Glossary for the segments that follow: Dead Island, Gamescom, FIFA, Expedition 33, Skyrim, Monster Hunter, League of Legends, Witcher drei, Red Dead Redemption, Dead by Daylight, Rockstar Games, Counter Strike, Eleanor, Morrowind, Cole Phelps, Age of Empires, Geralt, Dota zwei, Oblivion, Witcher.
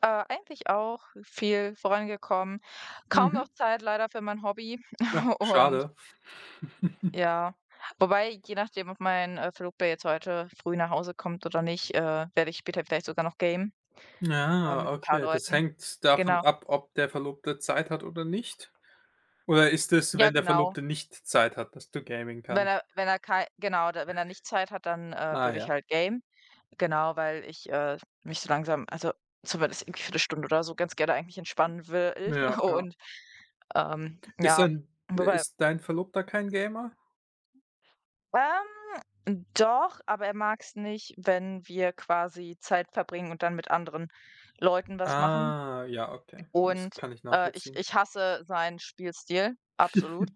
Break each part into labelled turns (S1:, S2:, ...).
S1: Eigentlich auch viel vorangekommen. Kaum noch
S2: Mhm.
S1: Zeit leider für mein Hobby
S2: Na,
S1: und
S2: schade.
S1: ja. Wobei, je nachdem, ob mein, Verlobter jetzt heute früh nach Hause kommt oder nicht, werde ich später vielleicht sogar noch gamen,
S2: Ja,
S1: mit ein paar
S2: okay. Das
S1: Leuten.
S2: hängt davon
S1: Genau.
S2: ab, ob der Verlobte Zeit hat oder nicht? Oder ist es,
S1: Ja,
S2: wenn der
S1: genau.
S2: Verlobte nicht Zeit hat, dass du Gaming
S1: Wenn
S2: kannst?
S1: er wenn er kei genau, da wenn er nicht Zeit hat, dann,
S2: Ah
S1: würde ich
S2: ja.
S1: halt game. Genau, weil ich, mich so langsam, also, zumindest irgendwie für 1 Stunde oder so ganz gerne eigentlich entspannen will
S2: Ja, ja.
S1: und,
S2: Ist
S1: ja,
S2: dein
S1: wobei
S2: ist dein Verlobter kein Gamer?
S1: ähm doch, aber er mag es nicht, wenn wir quasi Zeit verbringen und dann mit anderen Leuten was machen.
S2: Ah, ja, okay. Das
S1: Und,
S2: kann ich
S1: ich
S2: nachvollziehen.
S1: ich hasse seinen Spielstil, absolut.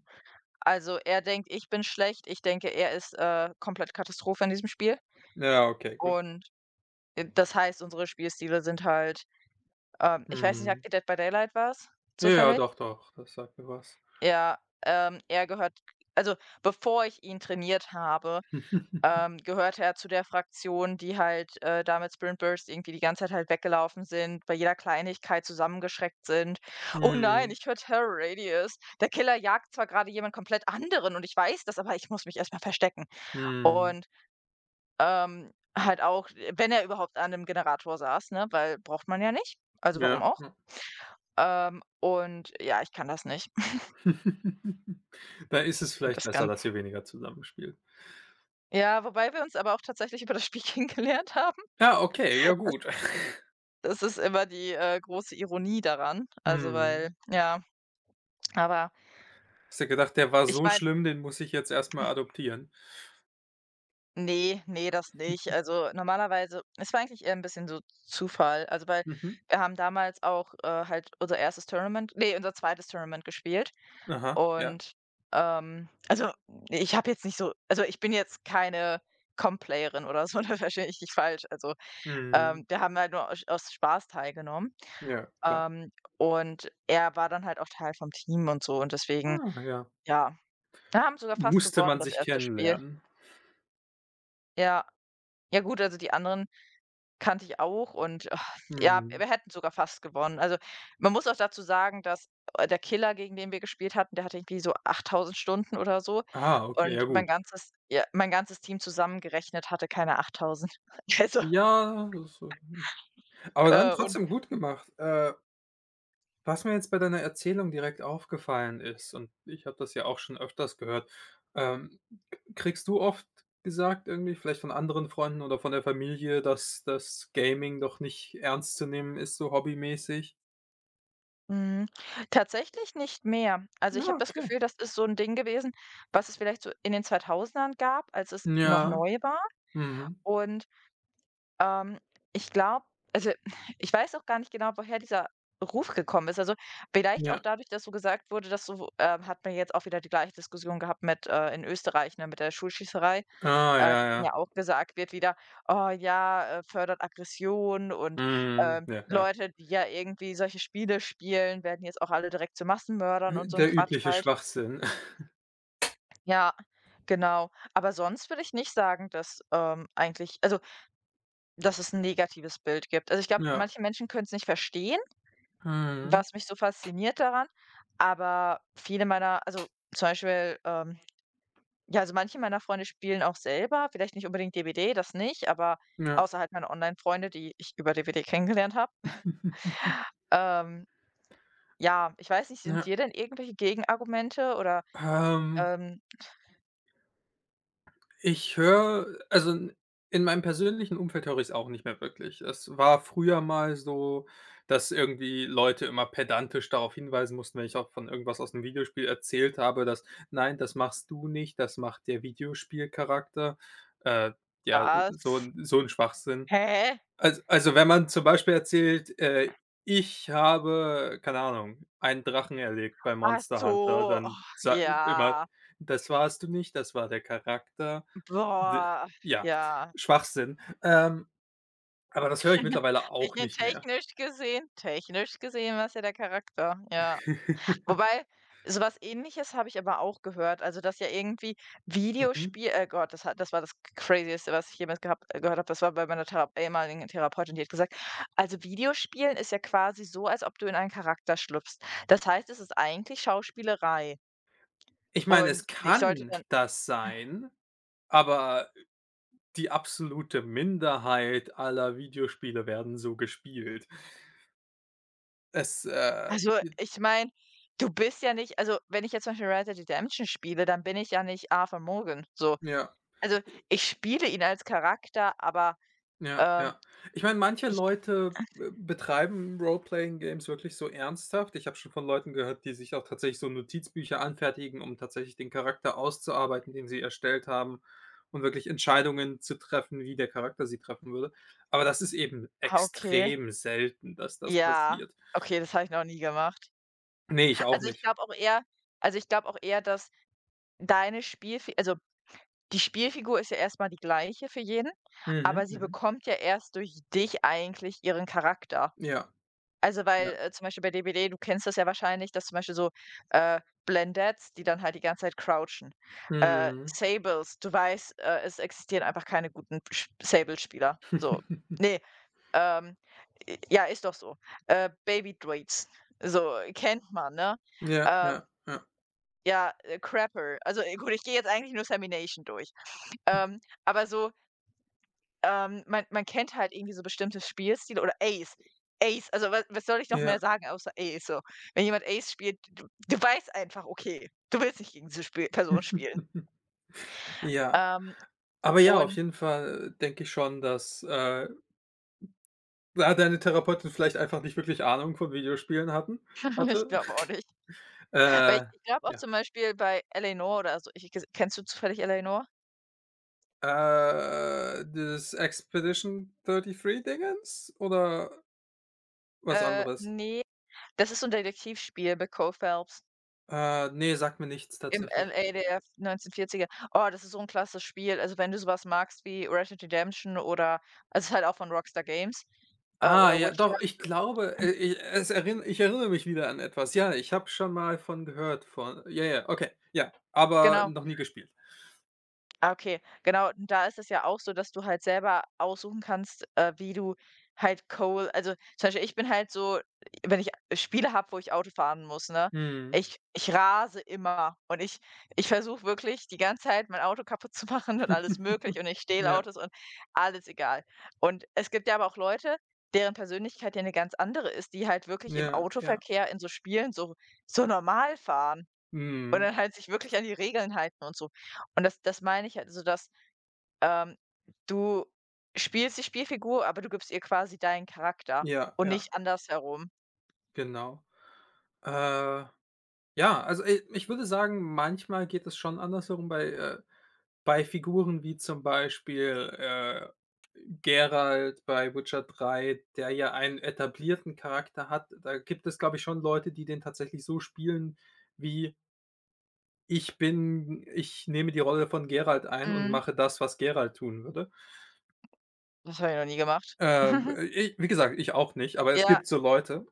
S1: Also, er denkt, ich bin schlecht. Ich denke, er ist, komplett Katastrophe in diesem Spiel.
S2: Ja, okay, gut.
S1: Und, das heißt, unsere Spielstile sind halt, ich weiß nicht,
S2: Mhm.
S1: sagt dir Dead by Daylight was
S2: Ja, ja,
S1: zufällig?
S2: doch, doch, das sagt mir was.
S1: Ja, er gehört, also, bevor ich ihn trainiert habe, gehörte er zu der Fraktion, die halt, da mit Sprintburst irgendwie die ganze Zeit halt weggelaufen sind, bei jeder Kleinigkeit zusammengeschreckt sind. „Oh nein,
S2: Mhm.
S1: ich höre Terror Radius. Der Killer jagt zwar gerade jemand komplett anderen und ich weiß das, aber ich muss mich erst mal verstecken.“
S2: Mhm.
S1: Und, ähm, halt auch, wenn er überhaupt an 'nem Generator saß, ne, weil braucht man ja nicht. Also,
S2: Ja,
S1: warum auch?
S2: ja.
S1: Und ja, ich kann das nicht.
S2: Da ist es
S1: Ich
S2: vielleicht
S1: das
S2: besser,
S1: kann.
S2: dass ihr weniger zusammen spielt.
S1: Ja, wobei wir uns aber auch tatsächlich über das Spiel kennengelernt haben.
S2: Ja, okay, ja gut.
S1: Das ist immer die, große Ironie daran. Also,
S2: Hm,
S1: weil ja, aber
S2: hast du gedacht, der war
S1: ich
S2: so
S1: meine,
S2: schlimm, den muss ich jetzt erstmal adoptieren?
S1: nee, nee, das nicht. Also, normalerweise, es war eigentlich eher ein bisschen so Zufall. Also, weil
S2: Mhm.
S1: wir haben damals auch, halt unser erstes Tournament, nee, unser zweites Tournament gespielt
S2: Aha, ja.
S1: und, also, ich habe jetzt nicht so, also, ich bin jetzt keine Com-Playerin oder so, da verstehe mich nicht falsch. Also,
S2: Mhm.
S1: wir haben halt nur aus Spaß teilgenommen,
S2: Ja, klar.
S1: ähm, und er war dann halt auch Teil vom Team und so und deswegen
S2: Ah, ja.
S1: ja, da haben sogar fast
S2: Musste
S1: gewonnen,
S2: man
S1: das
S2: sich
S1: erste Spiel.
S2: kennenlernen.
S1: Ja. Ja gut, also die anderen kannte ich auch und ah, ja,
S2: Mhm.
S1: wir hätten sogar fast gewonnen. Also, man muss auch dazu sagen, dass, der Killer, gegen den wir gespielt hatten, der hatte irgendwie so 8.000 Stunden oder so
S2: Ah, okay, ja
S1: und mein
S2: gut.
S1: ganzes, ja, mein ganzes Team zusammengerechnet hatte keine 8.000. Also,
S2: Ja, aber dann
S1: und
S2: trotzdem gut gemacht. Was mir jetzt bei deiner Erzählung direkt aufgefallen ist, und ich habe das ja auch schon öfters gehört. ähm, Kriegst du oft gesagt irgendwie, vielleicht von anderen Freunden oder von der Familie, dass das Gaming doch nicht ernst zu nehmen ist, so hobbymäßig?
S1: mhm, tatsächlich nicht mehr. Also, ich
S2: Ja,
S1: habe das
S2: okay.
S1: Gefühl, das ist so ein Ding gewesen, was es vielleicht so in den 2000ern gab, als es noch
S2: Ja,
S1: neu war
S2: mhm.
S1: und Ähm, ich glaube, also, ich weiß auch gar nicht genau, woher dieser Ruf gekommen ist. Also, vielleicht auch
S2: Ja.
S1: dadurch, dass so gesagt wurde, dass so hat man jetzt auch wieder die gleiche Diskussion gehabt mit, in Österreich, ne, mit der Schulschießerei,
S2: Ah, ja,
S1: dass dann
S2: ja.
S1: ja auch gesagt wird wieder: „Oh ja, fördert Aggression und,
S2: Mhm. Ja, ja.
S1: Leute, die ja irgendwie solche Spiele spielen, werden jetzt auch alle direkt zu Massenmördern“ und so ein
S2: Der
S1: Quatsch
S2: übliche
S1: halt.
S2: Schwachsinn.
S1: Ja, genau. Aber sonst würde ich nicht sagen, dass, eigentlich, also, dass es 'n negatives Bild gibt. Also, ich glaube,
S2: Ja.
S1: manche Menschen können's nicht verstehen,
S2: Mhm.
S1: was mich so fasziniert daran, aber viele meiner, also, zum Beispiel, ja, also, manche meiner Freunde spielen auch selber, vielleicht nicht unbedingt DBD, das nicht, aber
S2: Ja.
S1: außer halt meine Online-Freunde, die ich über DBD kennengelernt habe. Ähm, ja, ich weiß nicht, sind
S2: Ja.
S1: dir denn irgendwelche Gegenargumente oder,
S2: Ähm
S1: ähm
S2: Ich höre, also, in meinem persönlichen Umfeld höre ich es auch nicht mehr wirklich. Es war früher mal so, dass irgendwie Leute immer pedantisch darauf hinweisen mussten, wenn ich auch von irgendwas aus 'nem Videospiel erzählt habe, dass: „Nein, das machst du nicht, das macht der Videospielcharakter.“ Äh, ja,
S1: „Was?
S2: so ein Schwachsinn.
S1: Hä?
S2: Also, wenn man zum Beispiel erzählt, ich habe, keine Ahnung, einen Drachen erlegt bei
S1: Ach
S2: Monster Hunter,
S1: so, oh,
S2: dann sa immer:
S1: ja,
S2: „Das warst du nicht, das war der Charakter.“ D
S1: boah,
S2: Ja,
S1: ja.“
S2: Schwachsinn. Aber das höre ich mittlerweile
S1: Ich
S2: auch
S1: meine,
S2: nicht mehr.
S1: technisch gesehen war's ja der Charakter, ja. Wobei, so was Ähnliches habe ich aber auch gehört, also, dass ja irgendwie
S2: Mhm.
S1: Videospiel Gott, das hat das war das Crazieste, was ich jemals gehabt gehört habe. Das war bei meiner Thera ehemaligen Therapeutin, die hat gesagt: „Also, Videospielen ist ja quasi so, als ob du in einen Charakter schlüpfst. Das heißt, es ist eigentlich Schauspielerei.“
S2: Ich meine,
S1: Und
S2: es
S1: ich sollte
S2: kann
S1: dann,
S2: das sein, aber die absolute Minderheit aller Videospiele werden so gespielt. Es, äh
S1: also, ich meine, du bist ja nicht, also, wenn ich jetzt zum Beispiel Red Dead Redemption spiele, dann bin ich ja nicht Arthur Morgan, so.
S2: ja.
S1: Also, ich spiele ihn als Charakter, aber,
S2: Ja,
S1: ähm,
S2: ja. Ich meine, manche
S1: ich
S2: Leute betreiben Role-Playing Games wirklich so ernsthaft. Ich habe schon von Leuten gehört, die sich auch tatsächlich so Notizbücher anfertigen, um tatsächlich den Charakter auszuarbeiten, den sie erstellt haben, und wirklich Entscheidungen zu treffen, wie der Charakter sie treffen würde. Aber das ist eben
S1: ah, okay.
S2: extrem selten, dass das
S1: Ja,
S2: passiert.
S1: okay, das habe ich noch nie gemacht.
S2: Ne, ich auch
S1: Also, ich
S2: nicht.
S1: glaube auch eher, also, ich glaube auch eher, dass deine Spielfigur, also, die Spielfigur ist ja erstmal die gleiche für jeden,
S2: Mhm,
S1: aber sie
S2: mhm.
S1: bekommt ja erst durch dich eigentlich ihren Charakter.
S2: Ja,
S1: Also,
S2: ja.
S1: weil, zum Beispiel bei DBD, du kennst das ja wahrscheinlich, dass zum Beispiel so, äh, Blendettes, die dann halt die ganze Zeit crouchen.
S2: Mhm.
S1: Sables, du weißt, es existieren einfach keine guten Sch Sable-Spieler. So. Nee, ähm, j ja, ist doch so. Baby Druids, so, kennt man, ne?
S2: Ja,
S1: Ähm,
S2: ja, ja,
S1: ja, Crapple. Also, gut, ich gehe jetzt eigentlich nur Samination durch. Ähm, aber so man kennt halt irgendwie so bestimmte Spielstile oder Ace. Ace, also was soll ich noch mehr
S2: ja.
S1: sagen außer Ace so? Wenn jemand Ace spielt, du weißt einfach, okay, du willst nicht gegen diese Spiel Person spielen.
S2: Ja.
S1: Ähm,
S2: Aber ja, auf
S1: und
S2: jeden Fall, denke ich schon, da deine Therapeutin vielleicht einfach nicht wirklich Ahnung von Videospielen hatten
S1: ich
S2: hatte.
S1: glaube auch nicht. Weil ich
S2: Äh,
S1: ich glaube auch
S2: ja.
S1: zum Beispiel bei Eleanor oder so ich kennst du zufällig Eleanor?
S2: Äh, Das Expedition 33 Dingens oder was anderes?
S1: Ne, das ist so 'n Detektivspiel bei Cole Phelps
S2: Ne, sagt mir nichts
S1: im
S2: tatsächlich.
S1: LA der 1940er. Oh, das ist so ein klasse Spiel. Also, wenn du so was magst wie Red Dead Redemption oder, also, es ist halt auch von Rockstar Games,
S2: Ah,
S1: oder
S2: ja,
S1: Witcher
S2: doch, ich glaube, ich erinnere mich wieder an etwas. Ja, ich habe schon mal von gehört von, ja, ja, okay, ja, aber
S1: genau.
S2: noch nie gespielt.
S1: Ah, okay. Genau, und da ist es ja auch so, dass du halt selber aussuchen kannst, wie du halt Coal, also, zum Beispiel, ich bin halt so, wenn ich Spiele habe, wo ich Auto fahren muss, ne?
S2: Mhm.
S1: Ich rase immer und ich versuche wirklich die ganze Zeit, mein Auto kaputt zu machen und alles möglich und ich stehle
S2: Ja,
S1: Autos und alles egal. Und es gibt ja aber auch Leute, deren Persönlichkeit ja eine ganz andere ist, die halt wirklich im
S2: ja, ja.
S1: Autoverkehr in so Spielen so so normal fahren. Und
S2: Mhm.
S1: dann halt sich wirklich an die Regeln halten und so. Und das meine ich halt, so dass, ähm, du spielst die Spielfigur, aber du gibst ihr quasi deinen Charakter
S2: Ja,
S1: und nicht
S2: ja,
S1: andersherum.
S2: genau. Äh Ja, also, ich würde sagen, manchmal geht es schon andersherum bei Figuren wie zum Beispiel, Geralt bei Witcher 3, der ja einen etablierten Charakter hat. Da gibt es, glaube ich, schon Leute, die den tatsächlich so spielen wie: „Ich nehme die Rolle von Geralt ein und
S1: Mhm.
S2: mache das, was Geralt tun würde.“
S1: Das habe ich noch nie gemacht.
S2: Ähm, äh, Wie gesagt, ich auch nicht, aber es
S1: Ja,
S2: gibt so Leute.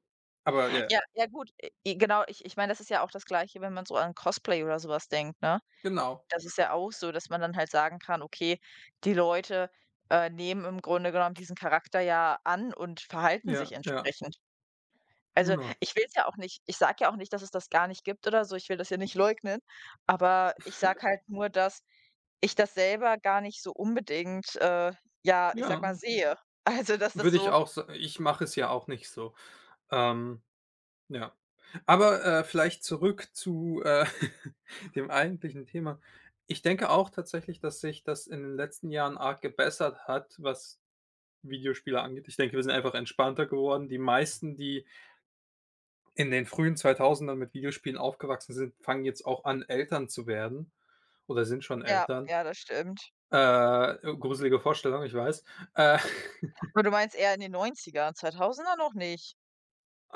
S2: Aber ja,
S1: ja, ja gut, genau. Ich meine, das ist ja auch das Gleiche, wenn man so an Cosplay oder sowas denkt, ne?
S2: genau.
S1: Das ist ja auch so, dass man dann halt sagen kann: „Okay, die Leute, nehmen im Grunde genommen diesen Charakter ja an und verhalten sich
S2: Ja, ja,
S1: entsprechend.“ Also,
S2: genau.
S1: ich will es ja auch nicht, ich sage ja auch nicht, dass es das gar nicht gibt oder so, ich will das ja nicht leugnen, aber ich sage halt nur, dass ich das selber gar nicht so unbedingt, ja, ich sage
S2: Ja.
S1: mal, sehe. Also, dass das
S2: Würde ich
S1: so
S2: auch sa ich mache es ja auch nicht so. Ähm, ja. Aber, vielleicht zurück zu, dem eigentlichen Thema. Ich denke auch tatsächlich, dass sich das in den letzten Jahren arg gebessert hat, was Videospiele angeht. Ich denke, wir sind einfach entspannter geworden. Die meisten, die in den frühen 2000ern mit Videospielen aufgewachsen sind, fangen jetzt auch an, Eltern zu werden oder sind schon
S1: ja,
S2: Eltern.
S1: ja, das stimmt.
S2: Gruselige Vorstellung, ich weiß. Äh,
S1: Aber du meinst eher in den 90ern, 2000er noch nicht.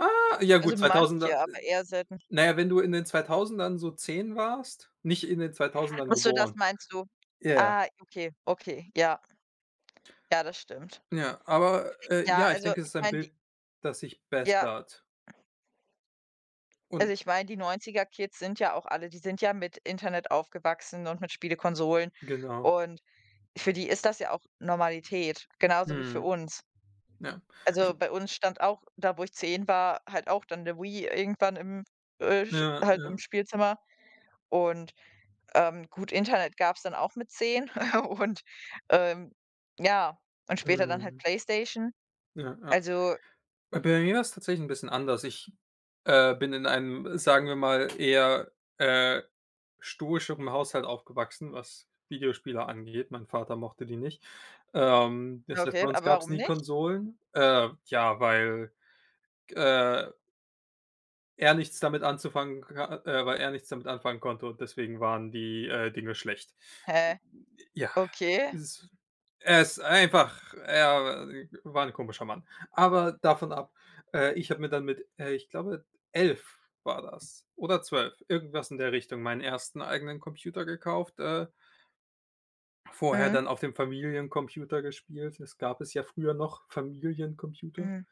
S2: ja
S1: Also,
S2: gut, 2000.
S1: manche, aber eher selten.
S2: Na ja, wenn du in den 2000ern so 10 warst, nicht in den 2000ern
S1: Ach so, das
S2: geboren.
S1: meinst du.
S2: Ja, ja.
S1: Ah, okay, okay, ja, ja, das stimmt.
S2: Ja, aber,
S1: Ja,
S2: ja, ich
S1: also,
S2: denke, es
S1: ich
S2: ist ein
S1: meine, die
S2: Bild, das sich
S1: ja,
S2: bessert
S1: also,
S2: und
S1: ich meine, die 90er Kids sind ja auch alle, die sind ja mit Internet aufgewachsen und mit Spielekonsolen
S2: genau.
S1: und für die ist das ja auch Normalität, genauso wie für
S2: Mhm,
S1: uns.
S2: ja.
S1: Also,
S2: Ich
S1: bei uns stand auch da, wo ich 10 war, halt auch dann der Wii irgendwann im, sch
S2: Ja,
S1: halt im
S2: ja.
S1: Spielzimmer und, gut, Internet gab es dann auch mit 10 und, ähm, ja, und später dann halt
S2: Mhm,
S1: PlayStation.
S2: ja, ja.
S1: Also,
S2: Bei mir war's tatsächlich 'n bisschen anders. Ich, bin in einem, sagen wir mal, eher, stoischeren Haushalt aufgewachsen, was Videospiele angeht. Mein Vater mochte die nicht. Das heißt, bei
S1: okay,
S2: uns
S1: aber
S2: gab's
S1: warum
S2: nie
S1: nicht?
S2: Konsolen, ja, Äh, weil er nichts damit anfangen konnte und deswegen waren die, Dinge schlecht.
S1: Hä?
S2: Ja,
S1: Okay.
S2: es ist, er ist einfach, er war ein komischer Mann. Aber davon ab, ich habe mir dann mit, ich glaube, 11 war das oder 12, irgendwas in der Richtung, meinen ersten eigenen Computer gekauft, vorher
S1: Mhm,
S2: dann auf dem Familiencomputer gespielt. Es gab es ja früher noch Familiencomputer.
S1: mhm.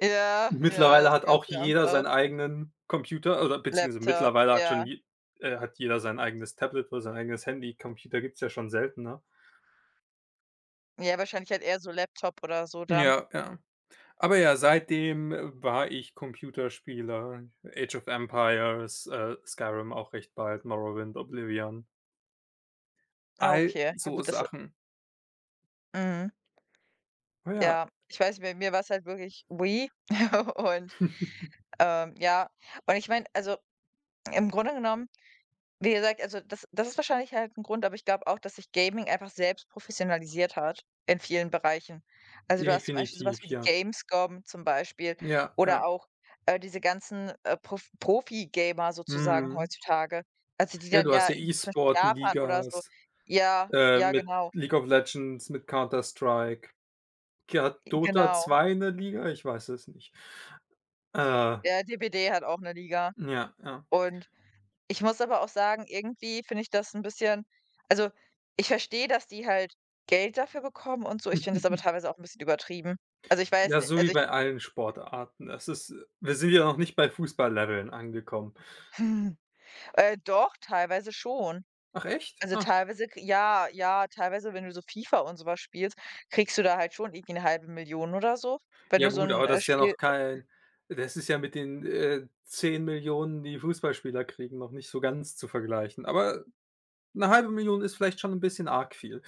S1: Ja, ja,
S2: Mittlerweile
S1: das
S2: hat
S1: gab
S2: auch
S1: es für uns
S2: jeder
S1: auch.
S2: seinen eigenen Computer, oder beziehungsweise
S1: Laptop,
S2: mittlerweile hat schon
S1: ja.
S2: je hat jeder sein eigenes Tablet oder sein eigenes Handy. Computer gibt's ja schon seltener.
S1: Ja, wahrscheinlich halt eher so Laptop oder so dann.
S2: Ja, ja. Aber ja, seitdem, war ich Computerspieler. Age of Empires, Skyrim auch recht bald, Morrowind, Oblivion.
S1: Ah,
S2: All
S1: okay. Ja
S2: so
S1: gut, das
S2: Sachen.
S1: mhm.
S2: Oh ja,
S1: Ja, ich weiß, bei mir war's halt wirklich Wii und, ja. Und ich meine, also im Grunde genommen, wie gesagt, also das ist wahrscheinlich halt ein Grund, aber ich glaube auch, dass sich Gaming einfach selbst professionalisiert hat in vielen Bereichen. Also, du hast zum Beispiel so
S2: definitiv,
S1: was wie die
S2: ja.
S1: Gamescom zum Beispiel
S2: Ja, ja.
S1: oder auch, diese ganzen, Prof Profi-Gamer sozusagen
S2: Mhm.
S1: heutzutage. Also, die
S2: Ja,
S1: dann
S2: du hast
S1: ja
S2: ja
S1: irgendwie zum Beispiel Japan oder so
S2: E-Sport-Ligas,
S1: ja, ja
S2: mit
S1: genau,
S2: League of Legends, mit Counter Strike. G Hat Dota
S1: genau.
S2: zwei in der Liga? Ich weiß es nicht. Äh,
S1: Ja, DBD hat auch eine Liga
S2: ja, ja.
S1: und ich muss aber auch sagen, irgendwie finde ich das ein bisschen, also, ich verstehe, dass die halt Geld dafür bekommen und so. Ich finde das aber teilweise auch ein bisschen übertrieben. Also, ich weiß
S2: Ja,
S1: nicht,
S2: so wie
S1: also ich
S2: bei allen Sportarten. Das ist wir sind ja noch nicht bei Fußballleveln angekommen.
S1: hm, doch, teilweise schon.
S2: Ach echt?
S1: Also,
S2: Ah.
S1: teilweise k ja, ja, teilweise, wenn du so FIFA und so was spielst, kriegst du da halt schon irgendwie 1/2 Million oder so, wenn
S2: Ja
S1: du so
S2: gut,
S1: ein
S2: aber das ist ja
S1: Spiel
S2: mit den, 10 Millionen, die Fußballspieler kriegen, noch nicht so ganz zu vergleichen. Aber eine halbe Million ist vielleicht schon 'n bisschen arg viel.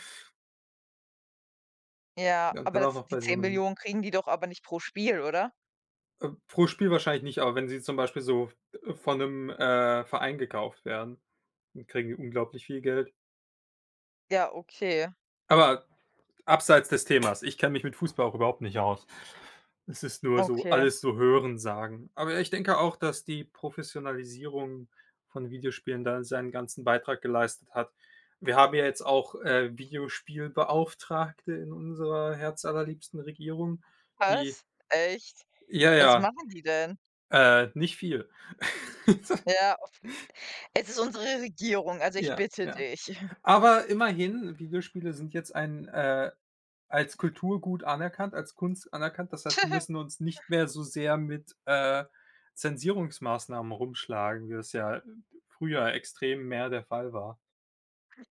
S1: ja,
S2: Ja, und
S1: aber
S2: dann auch
S1: das
S2: noch
S1: die
S2: bei so
S1: zehn
S2: 'nem
S1: Millionen kriegen die doch aber nicht pro Spiel, oder?
S2: pro Spiel wahrscheinlich nicht, aber wenn sie zum Beispiel so, von 'nem, Verein gekauft werden, dann kriegen die unglaublich viel Geld.
S1: Ja, okay,
S2: Aber abseits des Themas, ich kenne mich mit Fußball auch überhaupt nicht aus. Es ist nur so
S1: okay.
S2: alles so hören sagen. Aber ja, ich denke auch, dass die Professionalisierung von Videospielen da seinen ganzen Beitrag geleistet hat. Wir haben ja jetzt auch, Videospielbeauftragte in unserer herzallerliebsten Regierung, die,
S1: Was? Echt?
S2: ja,
S1: Was
S2: ja,
S1: machen die denn?
S2: nicht viel.
S1: Ja, auf es ist unsere Regierung, also ich
S2: Ja,
S1: bitte
S2: ja.
S1: dich.
S2: Aber immerhin, Videospiele sind jetzt als Kulturgut anerkannt, als Kunst anerkannt. Das heißt, wir müssen uns nicht mehr so sehr mit, Zensierungsmaßnahmen rumschlagen, wie das ja, früher extrem mehr der Fall war.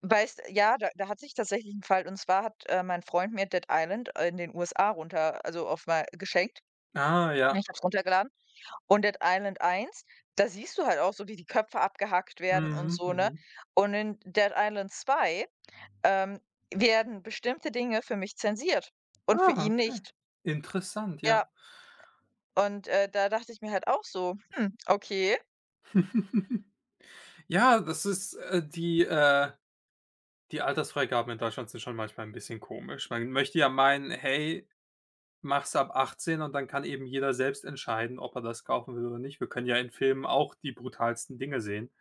S1: Weißt ja, da hatte ich tatsächlich 'n Fall und zwar hat, mein Freund mir Dead Island, in den USA runter also auf mei geschenkt.
S2: Ah, ja.
S1: Ich habe es runtergeladen und Dead Island 1, da siehst du halt auch so, wie die Köpfe abgehackt werden und
S2: Mhm,
S1: so, ne?
S2: mhm.
S1: Und in Dead Island 2, ähm, werden bestimmte Dinge für mich zensiert und für
S2: Ah,
S1: ihn
S2: okay.
S1: nicht.
S2: Interessant, ja.
S1: Ja, und, da dachte ich mir halt auch so: „Hm, okay,
S2: Ja, das ist, äh, die, äh die Altersfreigaben in Deutschland sind schon manchmal ein bisschen komisch. Man möchte ja meinen: „Hey, mach's ab 18 und dann kann eben jeder selbst entscheiden, ob er das kaufen will oder nicht. Wir können ja in Filmen auch die brutalsten Dinge sehen.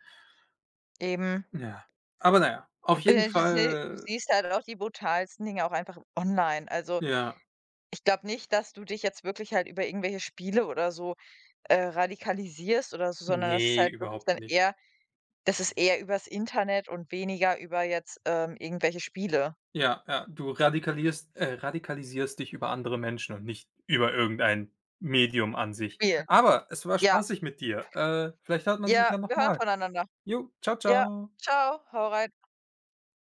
S1: eben.“
S2: Ja. Aber na ja, auf jeden
S1: Du sie du
S2: Fall,
S1: siehst halt auch die brutalsten Dinge auch einfach online. Also,
S2: ja.
S1: ich glaube nicht, dass du dich jetzt wirklich halt über irgendwelche Spiele oder so, radikalisierst oder so, sondern das ist
S2: Ne,
S1: halt wirklich
S2: überhaupt
S1: dann
S2: nicht.
S1: eher, das ist eher übers Internet und weniger über jetzt, irgendwelche Spiele.
S2: Ja, ja, du radikalierst radikalisierst dich über andere Menschen und nicht über irgendein Medium an sich.
S1: Spiel.
S2: Aber es war
S1: Ja,
S2: spaßig mit dir. Vielleicht hört man sich
S1: ja,
S2: ja noch
S1: wir hören
S2: mal.
S1: voneinander.
S2: Jo, tschau,
S1: Ja,
S2: tschau.
S1: ciao hau rein.